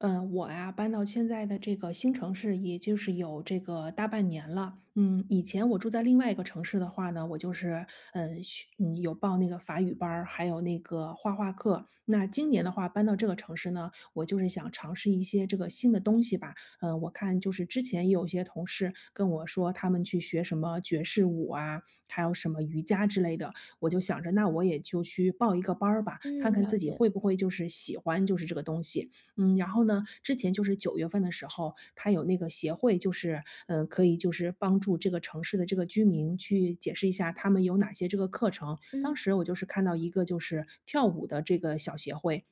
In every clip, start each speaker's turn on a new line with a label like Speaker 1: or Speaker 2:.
Speaker 1: 嗯，我呀，搬到现在的这个新城市，也就是有这个大半年了。嗯，以前我住在另外一个城市的话呢，我就是，有报那个法语班儿还有那个画画课。那今年的话，搬到这个城市呢，我就是想尝试一些这个新的东西吧。我看就是之前也有些同事跟我说，他们去学什么爵士舞啊，还有什么瑜伽之类的，我就想着，那我也就去报一个班儿吧，看
Speaker 2: 嗯，
Speaker 1: 看自
Speaker 2: 了
Speaker 1: 己
Speaker 2: 解。
Speaker 1: 会不会就是喜欢就是这个东西。然后呢，之前就是九月份的时候，他有那个协会，就是，可以就是帮助这个城市的这个居民去解释一下他们有哪些这个课程。当
Speaker 2: 嗯，
Speaker 1: 时我就是看到一个就是跳舞的这个小协会，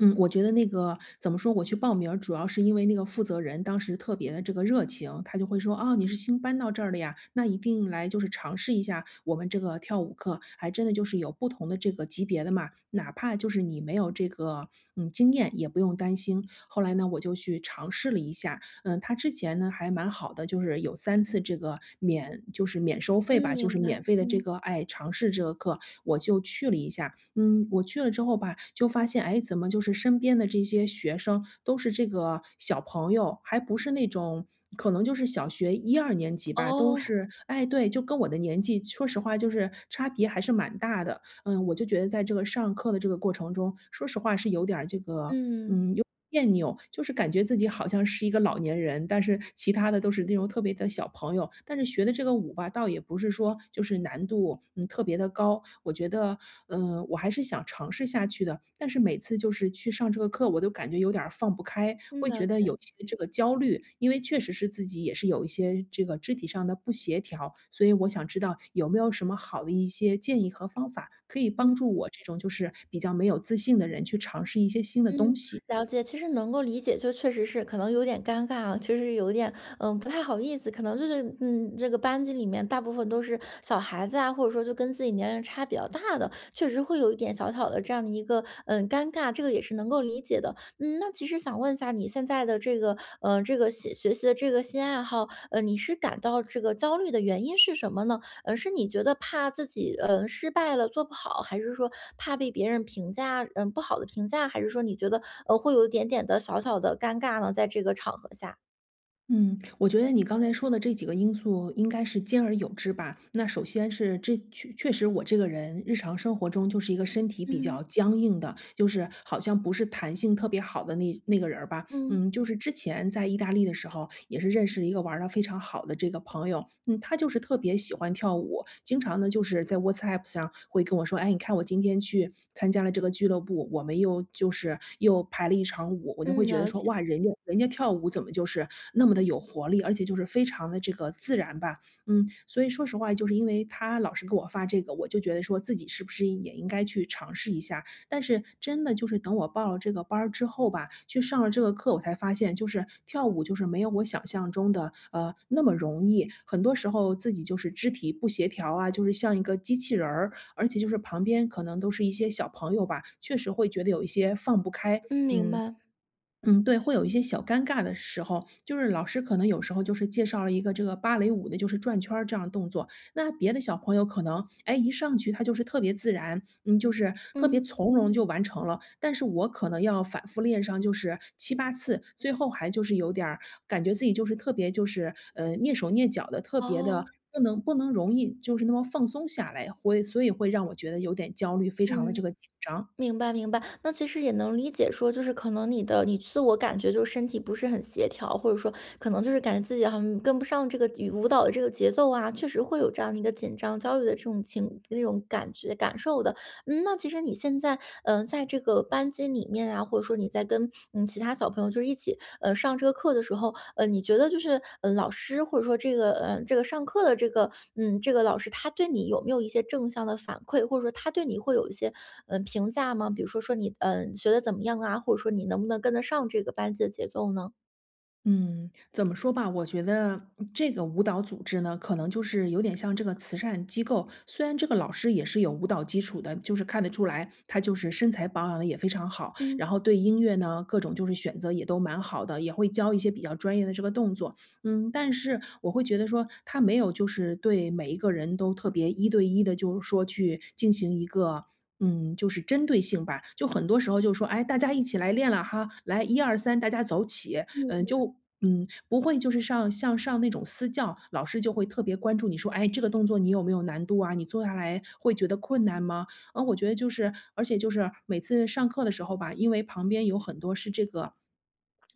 Speaker 1: 我觉得那个怎么说，我去报名儿主要是因为那个负责人当时特别的这个热情，他就会说："哦，你是新搬到这儿的呀，那一定来就是尝试一下我们这个跳舞课，还真的就是有不同的这个级别的嘛，哪怕就是你没有这个经验也不用担心。"后来呢，我就去尝试了一下，他之前呢还蛮好的，就是有三次这个免收费
Speaker 2: 嗯，
Speaker 1: 吧，就是
Speaker 2: 明白。
Speaker 1: 免费的这
Speaker 2: 嗯，
Speaker 1: 个，哎，尝试这个课，我就去了一下。嗯，我去了之后吧，就发现，哎，怎么就是身边的这些学生都是这个小朋友，还不是那种可能就是小学一二年级吧，都
Speaker 2: 哦，
Speaker 1: 是哎，对，就跟我的年纪，说实话就是差别还是蛮大的。嗯，我就觉得在这个上课的这个过程中，说实话是有点儿这个
Speaker 2: 嗯，
Speaker 1: 别扭，就是感觉自己好像是一个老年人，但是其他的都是那种特别的小朋友。但是学的这个舞吧，倒也不是说就是难度，特别的高。我觉得，我还是想尝试下去的。但是每次就是去上这个课，我都感觉有点儿放不开，
Speaker 2: 嗯，
Speaker 1: 会觉
Speaker 2: 了
Speaker 1: 得有一
Speaker 2: 解。
Speaker 1: 些这个焦虑，因为确实是自己也是有一些这个肢体上的不协调。所以我想知道有没有什么好的一些建议和方法，可以帮助我这种就是比较没有自信的人去尝试一些新的
Speaker 2: 嗯，
Speaker 1: 东西。
Speaker 2: 了解。其实能够理解，就确实是可能有点尴尬啊，其实有点，不太好意思。可能就是，这个班级里面大部分都是小孩子啊，或者说就跟自己年龄差比较大的，确实会有一点小小的这样的一个，尴尬，这个也是能够理解的。嗯，那其实想问一下，你现在的这个，这个学习的这个新爱好，你是感到这个焦虑的原因是什么呢？是你觉得怕自己，失败了做不好，还是说怕被别人评价不好的评价，还是说你觉得，会有一点点的小小的尴尬呢，在这个场合下？
Speaker 1: 嗯，我觉得你刚才说的这几个因素应该是兼而有之吧。那首先是这确确实我这个人日常生活中就是一个身体比较
Speaker 2: 嗯，
Speaker 1: 僵硬的，就是好像不是弹性特别好的那个人儿吧。
Speaker 2: 嗯，
Speaker 1: 嗯，就是之前在意大利的时候，也是认识了一个玩的非常好的这个朋友，他就是特别喜欢跳舞，经常呢就是在 WhatsApp 上会跟我说："哎，你看我今天去参加了这个俱乐部，我们又就是又排了一场舞。"我就
Speaker 2: 嗯，
Speaker 1: 会觉得
Speaker 2: 了
Speaker 1: 说：
Speaker 2: 解。
Speaker 1: “哇，人家跳舞怎么就是那么的有活力，而且就是非常的这个自然吧。"所以说实话，就是因为他老是给我发这个，我就觉得说自己是不是也应该去尝试一下，但是真的就是等我报了这个班儿之后吧，去上了这个课，我才发现就是跳舞就是没有我想象中的，那么容易。很多时候自己就是肢体不协调啊，就是像一个机器人儿，而且就是旁边可能都是一些小朋友吧，确实会觉得有一些放不开。
Speaker 2: 嗯，明
Speaker 1: 嗯，
Speaker 2: 白。
Speaker 1: 嗯，对，会有一些小尴尬的时候，就是老师可能有时候就是介绍了一个这个芭蕾舞的，就是转圈儿这样的动作，那别的小朋友可能，哎，一上去他就是特别自然，就是特别
Speaker 2: 嗯。
Speaker 1: 从容就完成了，但是我可能要反复练上就是七八次，最后还就是有点儿感觉自己就是特别就是蹑手蹑脚的，特别的
Speaker 2: 哦。
Speaker 1: 不能容易就是那么放松下来，所以会让我觉得有点焦虑，非常的这
Speaker 2: 嗯。
Speaker 1: 个紧张。
Speaker 2: 明白明白，那其实也能理解说，就是可能你自我感觉就是身体不是很协调，或者说可能就是感觉自己好像跟不上这个与舞蹈的这个节奏啊，确实会有这样的一个紧张、焦虑的这种那种感觉感受的。那其实你现在在这个班级里面啊，或者说你在跟其他小朋友就是一起上这个课的时候，你觉得就是，老师或者说这个，这个上课的这个，这个老师他对你有没有一些正向的反馈，或者说他对你会有一些评价吗？比如说说你，学的怎么样啊，或者说你能不能跟得上这个班级的节奏呢？
Speaker 1: 嗯，怎么说吧，我觉得这个舞蹈组织呢，可能就是有点像这个慈善机构。虽然这个老师也是有舞蹈基础的，就是看得出来，他就是身材保养的也非常好，然
Speaker 2: 嗯
Speaker 1: 后对音乐呢，各种就是选择也都蛮好的，也会教一些比较专业的这个动作。但是我会觉得说，他没有就是对每一个人都特别一对一的，就是说去进行一个，就是针对性吧。就很多时候就说："哎，大家一起来练了哈，来一二三，大家走起。"嗯，
Speaker 2: 嗯。
Speaker 1: 就不会就是上像上那种私教，老师就会特别关注你说："哎，这个动作你有没有难度啊？你做下来会觉得困难吗？"我觉得就是而且就是每次上课的时候吧，因为旁边有很多是这个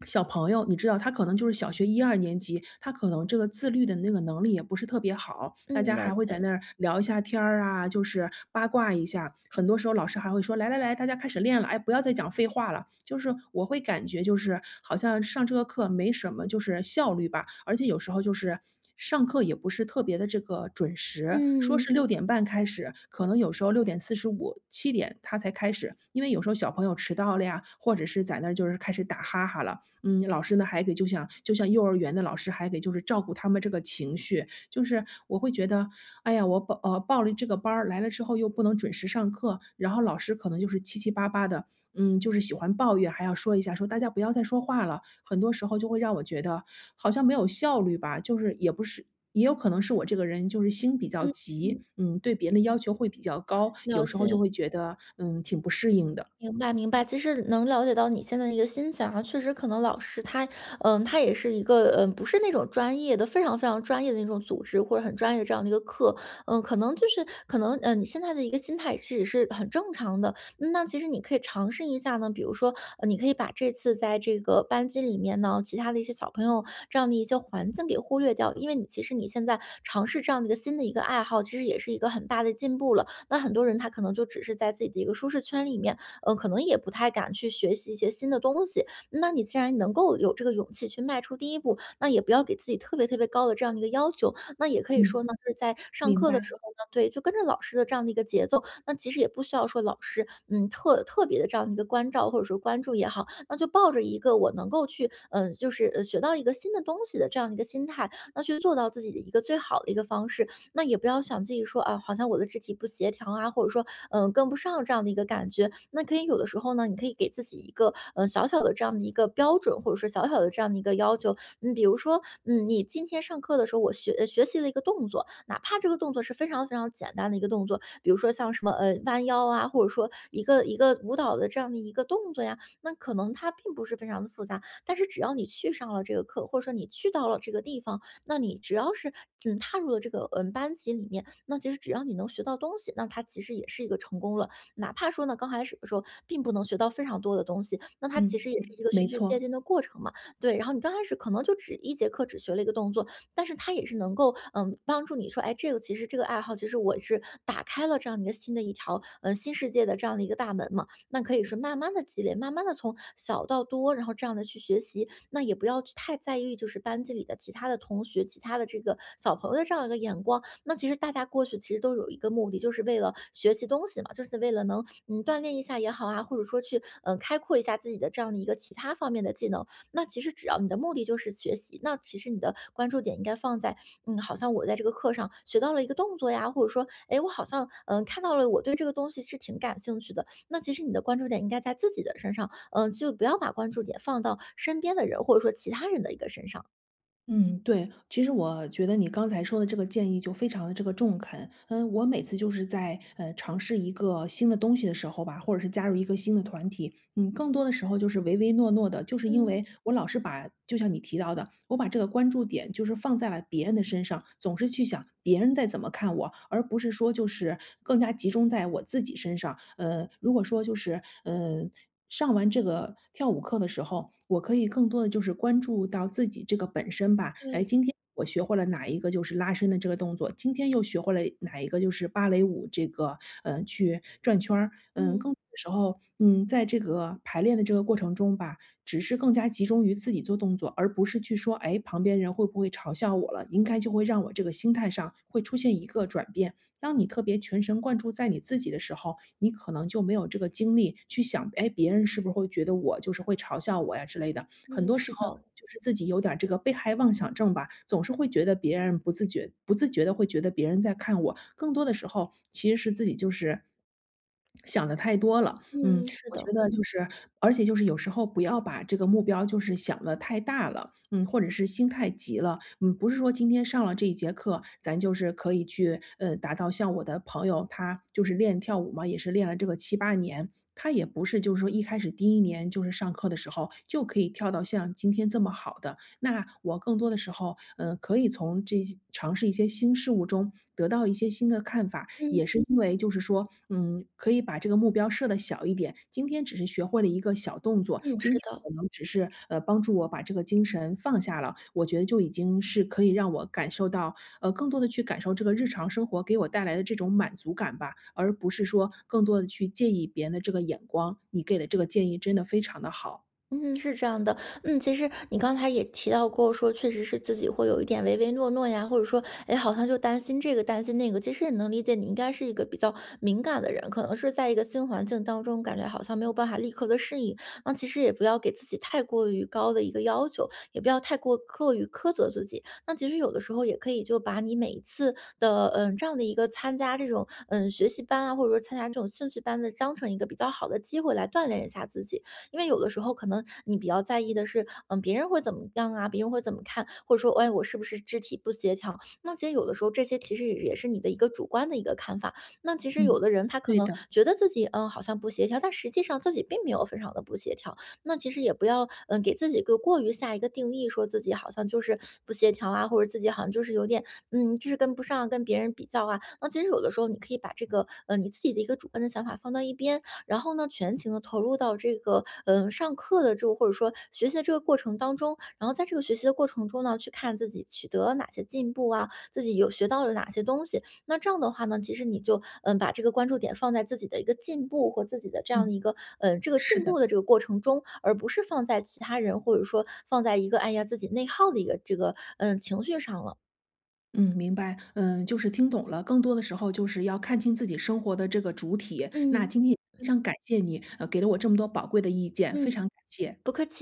Speaker 1: 小朋友，你知道他可能就是小学一二年级，他可能这个自律的那个能力也不是特别好，大
Speaker 2: 嗯，
Speaker 1: 家还
Speaker 2: 了
Speaker 1: 会在
Speaker 2: 解。
Speaker 1: 那儿聊一下天儿啊，就是八卦一下。很多时候老师还会说："来来来，大家开始练了，哎，不要再讲废话了。"就是我会感觉就是好像上这个课没什么就是效率吧，而且有时候就是上课也不是特别的这个准时，说是
Speaker 2: 嗯
Speaker 1: 六点半开始，可能有时候六点四十五、七点他才开始。因为有时候小朋友迟到了呀，或者是在那儿就是开始打哈哈了，老师呢还给就像幼儿园的老师还给就是照顾他们这个情绪。就是我会觉得，哎呀，我报了这个班儿，来了之后又不能准时上课，然后老师可能就是七七八八的。就是喜欢抱怨，还要说一下，说大家不要再说话了。很多时候就会让我觉得好像没有效率吧，就是也不是，也有可能是我这个人就是心比较
Speaker 2: 嗯
Speaker 1: 急，
Speaker 2: 嗯，
Speaker 1: 对别人的要求会比较高，有
Speaker 2: 了
Speaker 1: 时候
Speaker 2: 解。
Speaker 1: 就会觉得挺不适应的。
Speaker 2: 明白明白，其实能了解到你现在的一个心情啊，确实可能老师他也是一个，不是那种专业的，非常非常专业的那种组织或者很专业的这样的一个课，可能就是可能，你现在的一个心态其实也是很正常的。那其实你可以尝试一下呢，比如说，你可以把这次在这个班级里面呢，其他的一些小朋友这样的一些环境给忽略掉，因为你其实你现在尝试这样的一个新的一个爱好，其实也是一个很大的进步了。那很多人他可能就只是在自己的一个舒适圈里面。可能也不太敢去学习一些新的东西。那你既然能够有这个勇气去迈出第一步，那也不要给自己特别特别高的这样的一个要求。那也可以
Speaker 1: 嗯，
Speaker 2: 说呢，就是在上
Speaker 1: 明
Speaker 2: 课的
Speaker 1: 白。
Speaker 2: 时候呢，对，就跟着老师的这样的一个节奏，那其实也不需要说老师，特别的这样的一个关照或者说关注也好，那就抱着一个我能够去，就是学到一个新的东西的这样的一个心态，那去做到自己的一个最好的一个方式。那也不要想自己说啊，好像我的肢体不协调啊，或者说跟不上这样的一个感觉。那可以有的时候呢，你可以给自己一个小小的这样的一个标准，或者说小小的这样的一个要求。比如说你今天上课的时候，我学习了一个动作，哪怕这个动作是非常非常简单的一个动作，比如说像什么弯腰啊，或者说一个一个舞蹈的这样的一个动作呀，那可能它并不是非常的复杂，但是只要你去上了这个课，或者说你去到了这个地方，那你只要是踏入了这个班级里面，那其实只要你能学到东西，那它其实也是一个成功了。哪怕说呢刚开始的时候并不能学到非常多的东西，那它其
Speaker 1: 嗯，
Speaker 2: 实也是
Speaker 1: 嗯，
Speaker 2: 一个
Speaker 1: 没
Speaker 2: 循序渐
Speaker 1: 错。
Speaker 2: 进的过程嘛。对，然后你刚开始可能就只一节课只学了一个动作，但是它也是能够帮助你说，哎，这个其实这个爱好，其实我是打开了这样一个新的一条新世界的这样的一个大门嘛。那可以是慢慢的积累，慢慢的从小到多，然后这样的去学习，那也不要去太在意，就是班级里的其他的同学、其他的这个小朋友的这样一个眼光。那其实大家过去其实都有一个目的，就是为了学习东西嘛，就是为了能锻炼一下也好啊，或者说去开阔一下自己的这样的一个其他方面的技能。那其实只要你的目的就是学习，那其实你的关注点应该放在好像我在这个课上学到了一个动作呀，或者说哎，我好像看到了我对这个东西是挺感兴趣的。那其实你的关注点应该在自己的身上，就不要把关注点放到身边的人，或者说其他人的一个身上。
Speaker 1: 嗯，对，其实我觉得你刚才说的这个建议就非常的这个中肯。嗯，我每次就是在尝试一个新的东西的时候吧，或者是加入一个新的团体，更多的时候就是唯唯诺诺的，就是因
Speaker 2: 嗯，
Speaker 1: 为我老是把，就像你提到的，我把这个关注点就是放在了别人的身上，总是去想别人在怎么看我，而不是说就是更加集中在我自己身上。如果说就是上完这个跳舞课的时候，我可以更多的就是关注到自己这个本身吧。哎，
Speaker 2: 对，
Speaker 1: 今天我学会了哪一个就是拉伸的这个动作，今天又学会了哪一个就是芭蕾舞这个，去转圈儿。嗯，更
Speaker 2: 嗯，
Speaker 1: 多的时候，在这个排练的这个过程中吧，只是更加集中于自己做动作，而不是去说，哎，旁边人会不会嘲笑我了，应该就会让我这个心态上会出现一个转变。当你特别全神贯注在你自己的时候，你可能就没有这个精力去想，哎，别人是不是会觉得我就是会嘲笑我呀之类的。很
Speaker 2: 嗯，
Speaker 1: 多时
Speaker 2: 是
Speaker 1: 候
Speaker 2: 的，
Speaker 1: 就是自己有点儿这个被害妄想症吧，总是会觉得别人不自觉的会觉得别人在看我，更多的时候其实是自己就是想的太多了。嗯，
Speaker 2: 嗯，是
Speaker 1: 我觉
Speaker 2: 的，
Speaker 1: 得就是，而且就是有时候不要把这个目标就是想的太大了，或者是心太急了，不是说今天上了这一节课，咱就是可以去，达到像我的朋友，他就是练跳舞嘛，也是练了这个七八年，他也不是就是说一开始第一年就是上课的时候，就可以跳到像今天这么好的，那我更多的时候，可以从这些尝试一些新事物中得到一些新的看法，
Speaker 2: 嗯，
Speaker 1: 也是因为就是说，可以把这个目标设的小一点。今天只是学会了一个小动作，
Speaker 2: 嗯，是
Speaker 1: 今天
Speaker 2: 的。
Speaker 1: 可能只是帮助我把这个精神放下了，我觉得就已经是可以让我感受到更多的去感受这个日常生活给我带来的这种满足感吧，而不是说更多的去介意别人的这个眼光。你给的这个建议真的非常的好，
Speaker 2: 嗯，是这样的。嗯，其实你刚才也提到过说，确实是自己会有一点唯唯诺诺呀，或者说，哎，好像就担心这个担心那个。其实也能理解，你应该是一个比较敏感的人，可能是在一个新环境当中，感觉好像没有办法立刻的适应。那其实也不要给自己太过于高的一个要求，也不要太过过于苛责自己。那其实有的时候也可以就把你每一次的这样的一个参加这种学习班啊，或者说参加这种兴趣班的，当成一个比较好的机会来锻炼一下自己。因为有的时候可能你比较在意的是，别人会怎么样啊，别人会怎么看，或者说，哎，我是不是肢体不协调？那其实有的时候这些其实也是你的一个主观的一个看法。那其实有
Speaker 1: 嗯，
Speaker 2: 的人他可
Speaker 1: 对
Speaker 2: 能
Speaker 1: 的，
Speaker 2: 觉得自己好像不协调，但实际上自己并没有非常的不协调。那其实也不要给自己一个过于下一个定义，说自己好像就是不协调啊，或者自己好像就是有点就是跟不上啊，跟别人比较啊。那其实有的时候你可以把这个你自己的一个主观的想法放到一边，然后呢，全情的投入到这个，上课的这个或者说学习的这个过程当中。然后在这个学习的过程中呢，去看自己取得了哪些进步啊，自己有学到了哪些东西。那这样的话呢，其实你就，把这个关注点放在自己的一个进步或自己的这样的一
Speaker 1: 嗯，
Speaker 2: 个，这个
Speaker 1: 是
Speaker 2: 进
Speaker 1: 的。
Speaker 2: 步的这个过程中，而不是放在其他人，或者说放在一个，哎呀，自己内耗的一个这个，情绪上了。
Speaker 1: 嗯，明白。嗯，就是听懂了，更多的时候就是要看清自己生活的这个主体。那
Speaker 2: 嗯，
Speaker 1: 今天也非常感谢你，给了我这么多宝贵的意见，非
Speaker 2: 嗯，
Speaker 1: 常感谢。
Speaker 2: 不客气。